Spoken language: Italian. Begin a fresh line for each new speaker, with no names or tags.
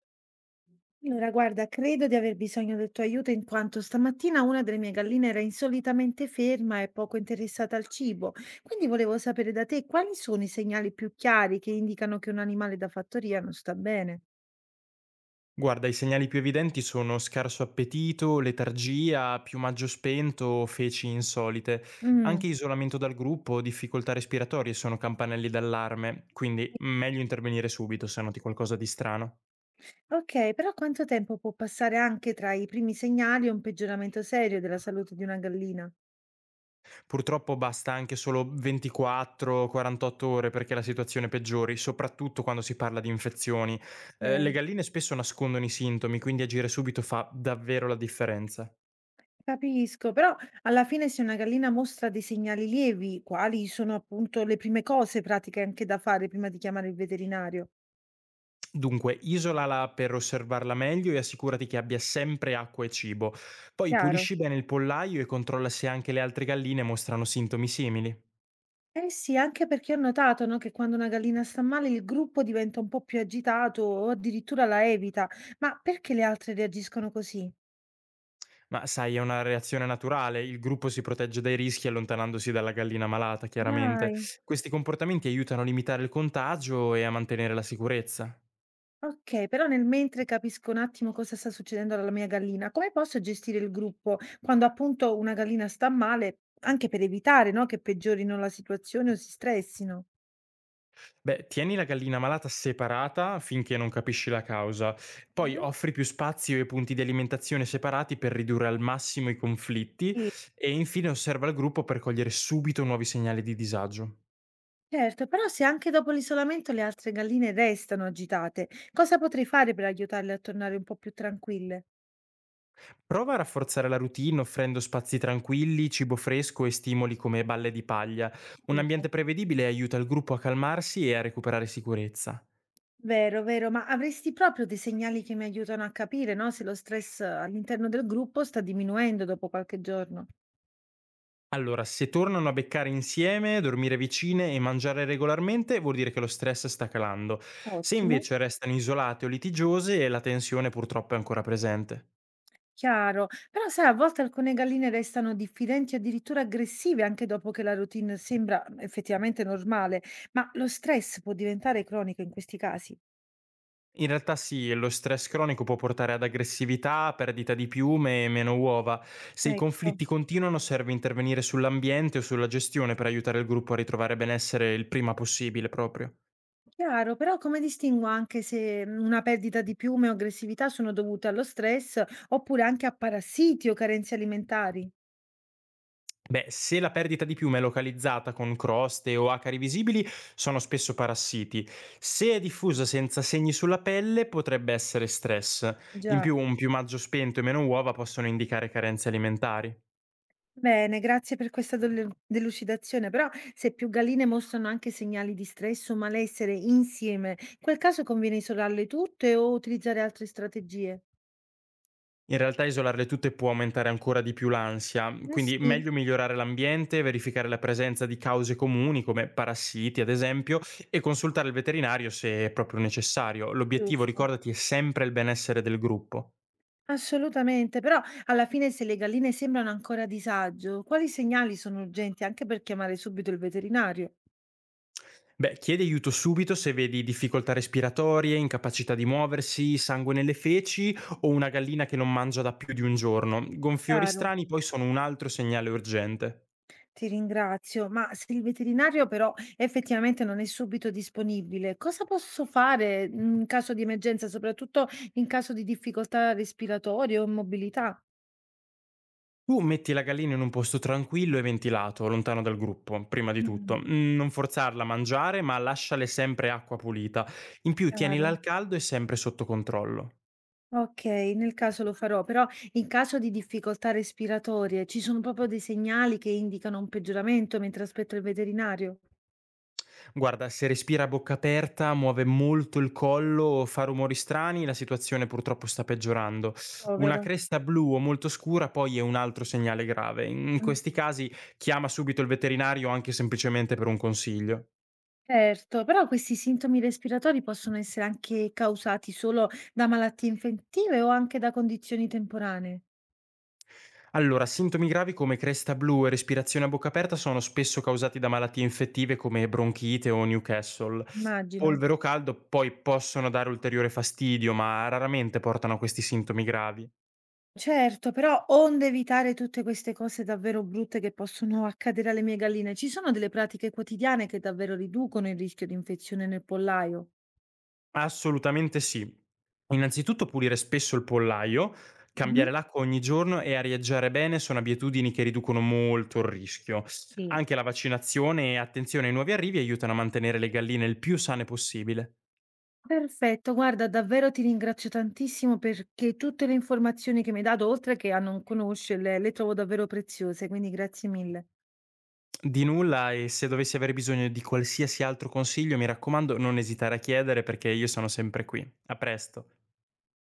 Allora, guarda, credo di aver bisogno del tuo aiuto in quanto stamattina una delle mie galline era insolitamente ferma e poco interessata al cibo. Quindi volevo sapere da te quali sono i segnali più chiari che indicano che un animale da fattoria non sta bene.
Guarda, i segnali più evidenti sono scarso appetito, letargia, piumaggio spento, feci insolite.
Mm,
Anche isolamento dal gruppo o difficoltà respiratorie sono campanelli d'allarme, quindi meglio intervenire subito se noti qualcosa di strano.
ok, però quanto tempo può passare anche tra i primi segnali e un peggioramento serio della salute di una gallina?
Purtroppo basta anche solo 24-48 ore perché la situazione peggiori, soprattutto quando si parla di infezioni. Le
Ok,
galline spesso nascondono i sintomi, quindi agire subito fa davvero la differenza.
capisco, però alla fine se una gallina mostra dei segnali lievi, quali sono appunto le prime cose pratiche anche da fare prima di chiamare il veterinario?
Dunque, isolala per osservarla meglio e assicurati che abbia sempre acqua e cibo. Poi
Chiaro.
pulisci bene il pollaio e controlla se anche le altre galline mostrano sintomi simili.
Eh sì, anche perché ho notato, no, che quando una gallina sta male il gruppo diventa un po' più agitato o addirittura la evita. Ma perché le altre reagiscono così?
Ma sai, è una reazione naturale, il gruppo si protegge dai rischi allontanandosi dalla gallina malata, chiaramente.
Dai.
Questi comportamenti aiutano a limitare il contagio e a mantenere la sicurezza.
Ok, però nel mentre capisco un attimo cosa sta succedendo alla mia gallina, come posso gestire il gruppo quando appunto una gallina sta male, anche per evitare, no, che peggiorino la situazione o si stressino?
Beh, tieni la gallina malata separata finché non capisci la causa, poi
Mhm.
offri più spazio e punti di alimentazione separati per ridurre al massimo i conflitti
Sì,
e infine osserva il gruppo per cogliere subito nuovi segnali di disagio.
certo, però se anche dopo l'isolamento le altre galline restano agitate, cosa potrei fare per aiutarle a tornare un po' più tranquille?
Prova a rafforzare la routine offrendo spazi tranquilli, cibo fresco e stimoli come balle di paglia. Un
Capito.
ambiente prevedibile aiuta il gruppo a calmarsi e a recuperare sicurezza.
Vero, vero, ma avresti proprio dei segnali che mi aiutano a capire, no, se lo stress all'interno del gruppo sta diminuendo dopo qualche giorno?
Allora, se tornano a beccare insieme, dormire vicine e mangiare regolarmente, vuol dire che lo stress sta calando. Se
Ottimo.
invece restano isolate o litigiose, la tensione purtroppo è ancora presente.
Chiaro, però sai, a volte alcune galline restano diffidenti, addirittura aggressive, anche dopo che la routine sembra effettivamente normale, ma lo stress può diventare cronico in questi casi.
In realtà sì, lo stress cronico può portare ad aggressività, perdita di piume e meno uova. Se i
Ecco.
conflitti continuano, serve intervenire sull'ambiente o sulla gestione per aiutare il gruppo a ritrovare benessere il prima possibile proprio.
Chiaro, però come distingo anche se una perdita di piume o aggressività sono dovute allo stress oppure anche a parassiti o carenze alimentari?
Beh, se la perdita di piume è localizzata con croste o acari visibili, sono spesso parassiti. Se è diffusa senza segni sulla pelle, potrebbe essere stress. In
Già.
più, un piumaggio spento e meno uova possono indicare carenze alimentari.
Bene, grazie per questa dolu delucidazione, però se più galline mostrano anche segnali di stress o malessere insieme, in quel caso conviene isolarle tutte o utilizzare altre strategie?
In realtà isolarle tutte può aumentare ancora di più l'ansia,
Eh
quindi
sì,
meglio migliorare l'ambiente, verificare la presenza di cause comuni come parassiti ad esempio e consultare il veterinario se è proprio necessario. L'obiettivo,
giusto.
ricordati, è sempre il benessere del gruppo.
Assolutamente, però alla fine se le galline sembrano ancora a disagio, quali segnali sono urgenti anche per chiamare subito il veterinario?
Beh, chiedi aiuto subito se vedi difficoltà respiratorie, incapacità di muoversi, sangue nelle feci o una gallina che non mangia da più di un giorno. Gonfiori
Chiaro.
strani poi sono un altro segnale urgente.
Ti ringrazio, ma se il veterinario però effettivamente non è subito disponibile, cosa posso fare in caso di emergenza, soprattutto in caso di difficoltà respiratorie o mobilità?
Tu metti la gallina in un posto tranquillo e ventilato, lontano dal gruppo, prima di tutto.
Mm.
Mm, non forzarla a mangiare, ma lasciale sempre acqua pulita. In più, tienila
Chiaro.
al caldo e sempre sotto controllo.
Ok, nel caso lo farò, però in caso di difficoltà respiratorie ci sono proprio dei segnali che indicano un peggioramento mentre aspetto il veterinario?
Guarda, se respira a bocca aperta, muove molto il collo o fa rumori strani, la situazione purtroppo sta peggiorando. Una
Povero.
cresta blu o molto scura poi è un altro segnale grave. In
Mm.
questi casi chiama subito il veterinario anche semplicemente per un consiglio.
Certo, però questi sintomi respiratori possono essere anche causati solo da malattie infettive o anche da condizioni temporanee,
Allora, sintomi gravi come cresta blu e respirazione a bocca aperta sono spesso causati da malattie infettive come bronchite o Newcastle.
immagino.
Polvere o caldo poi possono dare ulteriore fastidio, ma raramente portano a questi sintomi gravi.
Certo, però onde evitare tutte queste cose davvero brutte che possono accadere alle mie galline, ci sono delle pratiche quotidiane che davvero riducono il rischio di infezione nel pollaio?
Assolutamente sì. Innanzitutto pulire spesso il pollaio,
Mhm.
cambiare l'acqua ogni giorno e arieggiare bene sono abitudini che riducono molto il rischio.
Sì.
Anche la vaccinazione e attenzione ai nuovi arrivi aiutano a mantenere le galline il più sane possibile.
Perfetto, guarda, davvero ti ringrazio tantissimo perché tutte le informazioni che mi hai dato, oltre che a non conoscerle, le trovo davvero preziose, quindi grazie mille.
Di nulla e se dovessi avere bisogno di qualsiasi altro consiglio, mi raccomando, non esitare a chiedere perché io sono sempre qui. A presto.